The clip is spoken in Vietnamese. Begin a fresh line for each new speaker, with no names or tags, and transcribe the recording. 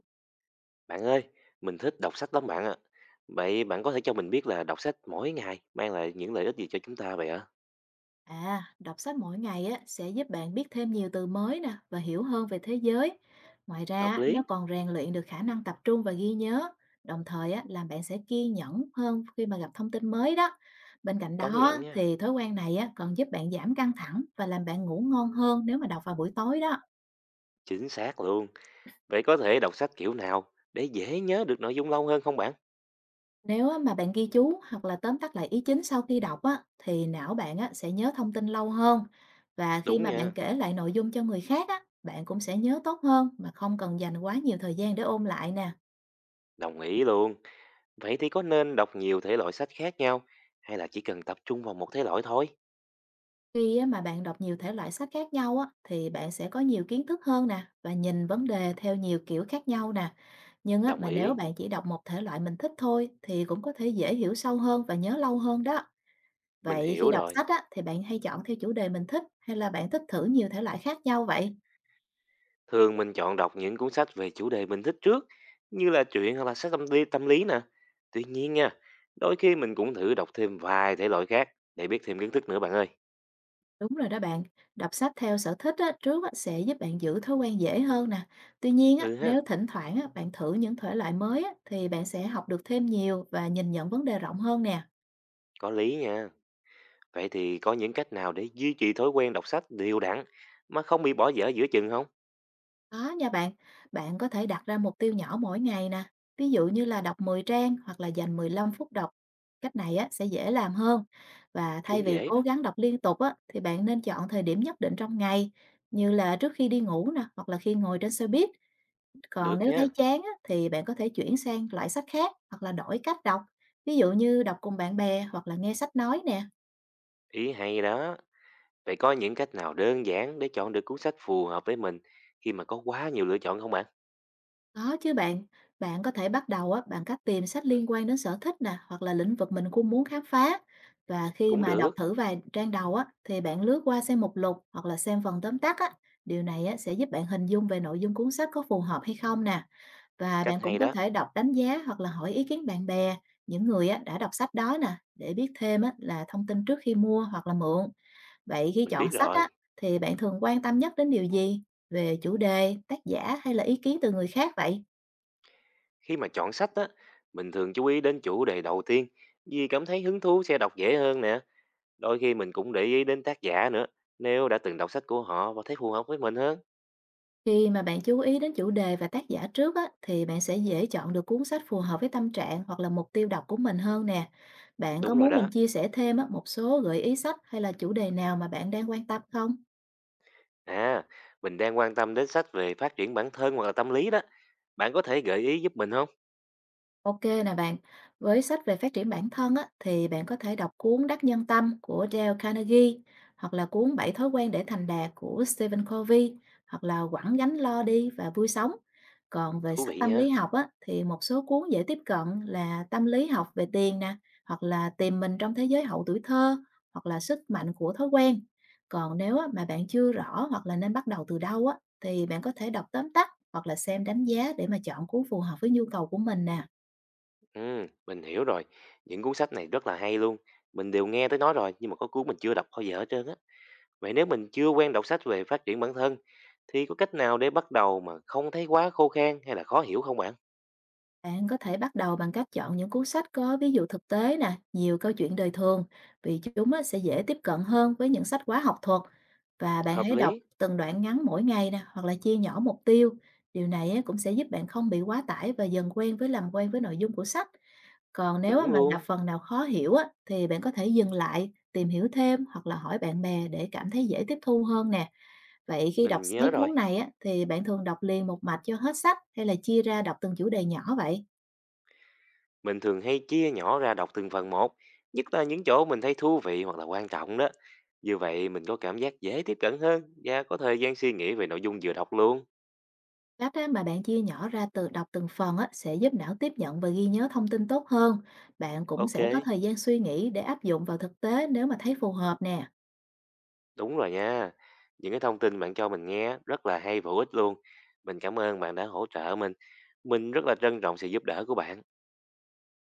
Bạn ơi, mình thích đọc sách lắm bạn ạ. Vậy bạn có thể cho mình biết là đọc sách mỗi ngày mang lại những lợi ích gì cho chúng ta vậy ạ?
À, đọc sách mỗi ngày á, sẽ giúp bạn biết thêm nhiều từ mới nè và hiểu hơn về thế giới. Ngoài ra,
Hợp
á, nó
lý,
còn rèn luyện được khả năng tập trung và ghi nhớ, đồng thời á, làm bạn sẽ kiên nhẫn hơn khi mà gặp thông tin mới đó. Bên cạnh
công
đó
nhận nha.
thì thói quen này á, còn giúp bạn giảm căng thẳng và làm bạn ngủ ngon hơn nếu mà đọc vào buổi tối đó.
Chính xác luôn. Vậy có thể đọc sách kiểu nào để dễ nhớ được nội dung lâu hơn không bạn?
Nếu á mà bạn ghi chú hoặc là tóm tắt lại ý chính sau khi đọc á, thì não bạn á, sẽ nhớ thông tin lâu hơn. Và khi
Đúng
mà
nha,
bạn kể lại nội dung cho người khác á, bạn cũng sẽ nhớ tốt hơn mà không cần dành quá nhiều thời gian để ôn lại nè.
đồng ý luôn. Vậy thì có nên đọc nhiều thể loại sách khác nhau hay là chỉ cần tập trung vào một thể loại thôi?
Khi á, mà bạn đọc nhiều thể loại sách khác nhau á, thì bạn sẽ có nhiều kiến thức hơn nè và nhìn vấn đề theo nhiều kiểu khác nhau nè. Nhưng á,
Đồng
mà nếu
ý,
bạn chỉ đọc một thể loại mình thích thôi thì cũng có thể dễ hiểu sâu hơn và nhớ lâu hơn đó.
mình
Vậy khi
hiểu
đọc
rồi.
sách á, thì bạn hay chọn theo chủ đề mình thích hay là bạn thích thử nhiều thể loại khác nhau vậy?
Thường mình chọn đọc những cuốn sách về chủ đề mình thích trước, như là truyện hoặc là sách tâm lý nè. Tuy nhiên nha, đôi khi mình cũng thử đọc thêm vài thể loại khác để biết thêm kiến thức nữa bạn ơi.
Đúng rồi đó bạn, đọc sách theo sở thích á, trước á, sẽ giúp bạn giữ thói quen dễ hơn nè. Tuy nhiên á,
Ừ ha,
nếu thỉnh thoảng á, bạn thử những thể loại mới á, thì bạn sẽ học được thêm nhiều và nhìn nhận vấn đề rộng hơn nè.
có lý nha. Vậy thì có những cách nào để duy trì thói quen đọc sách đều đặn mà không bị bỏ dở giữa chừng không?
Đó nha bạn, bạn có thể đặt ra mục tiêu nhỏ mỗi ngày nè. Ví dụ như là đọc 10 trang hoặc là dành 15 phút đọc. Cách này á, sẽ dễ làm hơn. Và thay
Cũng
vì
dễ
cố
đó.
gắng đọc liên tục á, thì bạn nên chọn thời điểm nhất định trong ngày, như là trước khi đi ngủ nè, hoặc là khi ngồi trên xe buýt. Còn
Được
nếu
nha,
thấy chán á, thì bạn có thể chuyển sang loại sách khác hoặc là đổi cách đọc. Ví dụ như đọc cùng bạn bè hoặc là nghe sách nói nè.
ý hay đó. Vậy có những cách nào đơn giản để chọn được cuốn sách phù hợp với mình khi mà có quá nhiều lựa chọn không bạn?
Có chứ bạn, bạn có thể bắt đầu á, bằng cách tìm sách liên quan đến sở thích nè hoặc là lĩnh vực mình cũng muốn khám phá. Và khi
Cũng
mà đọc
được,
thử vài trang đầu á, thì bạn lướt qua xem mục lục hoặc là xem phần tóm tắt á. Điều này á, sẽ giúp bạn hình dung về nội dung cuốn sách có phù hợp hay không nè. Và
cách
bạn cũng
hay
có
đó,
thể đọc đánh giá hoặc là hỏi ý kiến bạn bè, những người á, đã đọc sách đó nè, để biết thêm á, là thông tin trước khi mua hoặc là mượn. Vậy khi
mình
chọn
biết
sách
rồi.
á, thì bạn thường quan tâm nhất đến điều gì? Về chủ đề, tác giả hay là ý kiến từ người khác vậy?
Khi mà chọn sách á, mình thường chú ý đến chủ đề đầu tiên, vì cảm thấy hứng thú sẽ đọc dễ hơn nè. Đôi khi mình cũng để ý đến tác giả nữa, nếu đã từng đọc sách của họ và thấy phù hợp với mình hơn.
Khi mà bạn chú ý đến chủ đề và tác giả trước á, thì bạn sẽ dễ chọn được cuốn sách phù hợp với tâm trạng hoặc là mục tiêu đọc của mình hơn nè. Bạn có
Đúng rồi
muốn mình
đó.
chia sẻ thêm á, một số gợi ý sách hay là chủ đề nào mà bạn đang quan tâm không?
À, mình đang quan tâm đến sách về phát triển bản thân hoặc là tâm lý đó. Bạn có thể gợi ý giúp mình không?
Ok nè bạn, với sách về phát triển bản thân á, thì bạn có thể đọc cuốn Đắc Nhân Tâm của Dale Carnegie, hoặc là cuốn Bảy Thói Quen Để Thành Đạt của Stephen Covey, hoặc là Quẳng Gánh Lo Đi và Vui Sống. Còn về
Thú
sách
vị
tâm lý
nha.
học á, thì một số cuốn dễ tiếp cận là Tâm Lý Học Về Tiền nè, hoặc là Tìm Mình Trong Thế Giới Hậu Tuổi Thơ, hoặc là Sức Mạnh Của Thói Quen. Còn nếu á, mà bạn chưa rõ hoặc là nên bắt đầu từ đâu á, thì bạn có thể đọc tóm tắt hoặc là xem đánh giá để mà chọn cuốn phù hợp với nhu cầu của mình nè.
Ừ, mình hiểu rồi. Những cuốn sách này rất là hay luôn. Mình đều nghe tới nói rồi, nhưng mà có cuốn mình chưa đọc bao giờ hết trơn á. Vậy nếu mình chưa quen đọc sách về phát triển bản thân thì có cách nào để bắt đầu mà không thấy quá khô khan hay là khó hiểu không bạn?
Bạn có thể bắt đầu bằng cách chọn những cuốn sách có ví dụ thực tế nè, nhiều câu chuyện đời thường, vì chúng á, sẽ dễ tiếp cận hơn với những sách quá học thuật. Và bạn
Hợp
hãy đọc
lý,
từng đoạn ngắn mỗi ngày nè, hoặc là chia nhỏ mục tiêu. Điều này á, cũng sẽ giúp bạn không bị quá tải và dần quen với làm quen với nội dung của sách. Còn nếu á,
chuẩn
mà gặp
luôn.
phần nào khó hiểu á, thì bạn có thể dừng lại, tìm hiểu thêm hoặc là hỏi bạn bè để cảm thấy dễ tiếp thu hơn nè. Vậy khi đọc
Mình
mấy
nhớ rồi.
cuốn này á, thì bạn thường đọc liền một mạch cho hết sách hay là chia ra đọc từng chủ đề nhỏ vậy?
Mình thường hay chia nhỏ ra đọc từng phần một, nhất là những chỗ mình thấy thú vị hoặc là quan trọng đó. Như vậy mình có cảm giác dễ tiếp cận hơn và có thời gian suy nghĩ về nội dung vừa đọc luôn.
Cách á, mà bạn chia nhỏ ra từ đọc từng phần á, sẽ giúp não tiếp nhận và ghi nhớ thông tin tốt hơn. Bạn cũng sẽ
Ok,
có thời gian suy nghĩ để áp dụng vào thực tế nếu mà thấy phù hợp nè.
đúng rồi nha. Những cái thông tin bạn cho mình nghe rất là hay và hữu ích luôn. Mình cảm ơn bạn đã hỗ trợ mình. Mình rất là trân trọng sự giúp đỡ của bạn.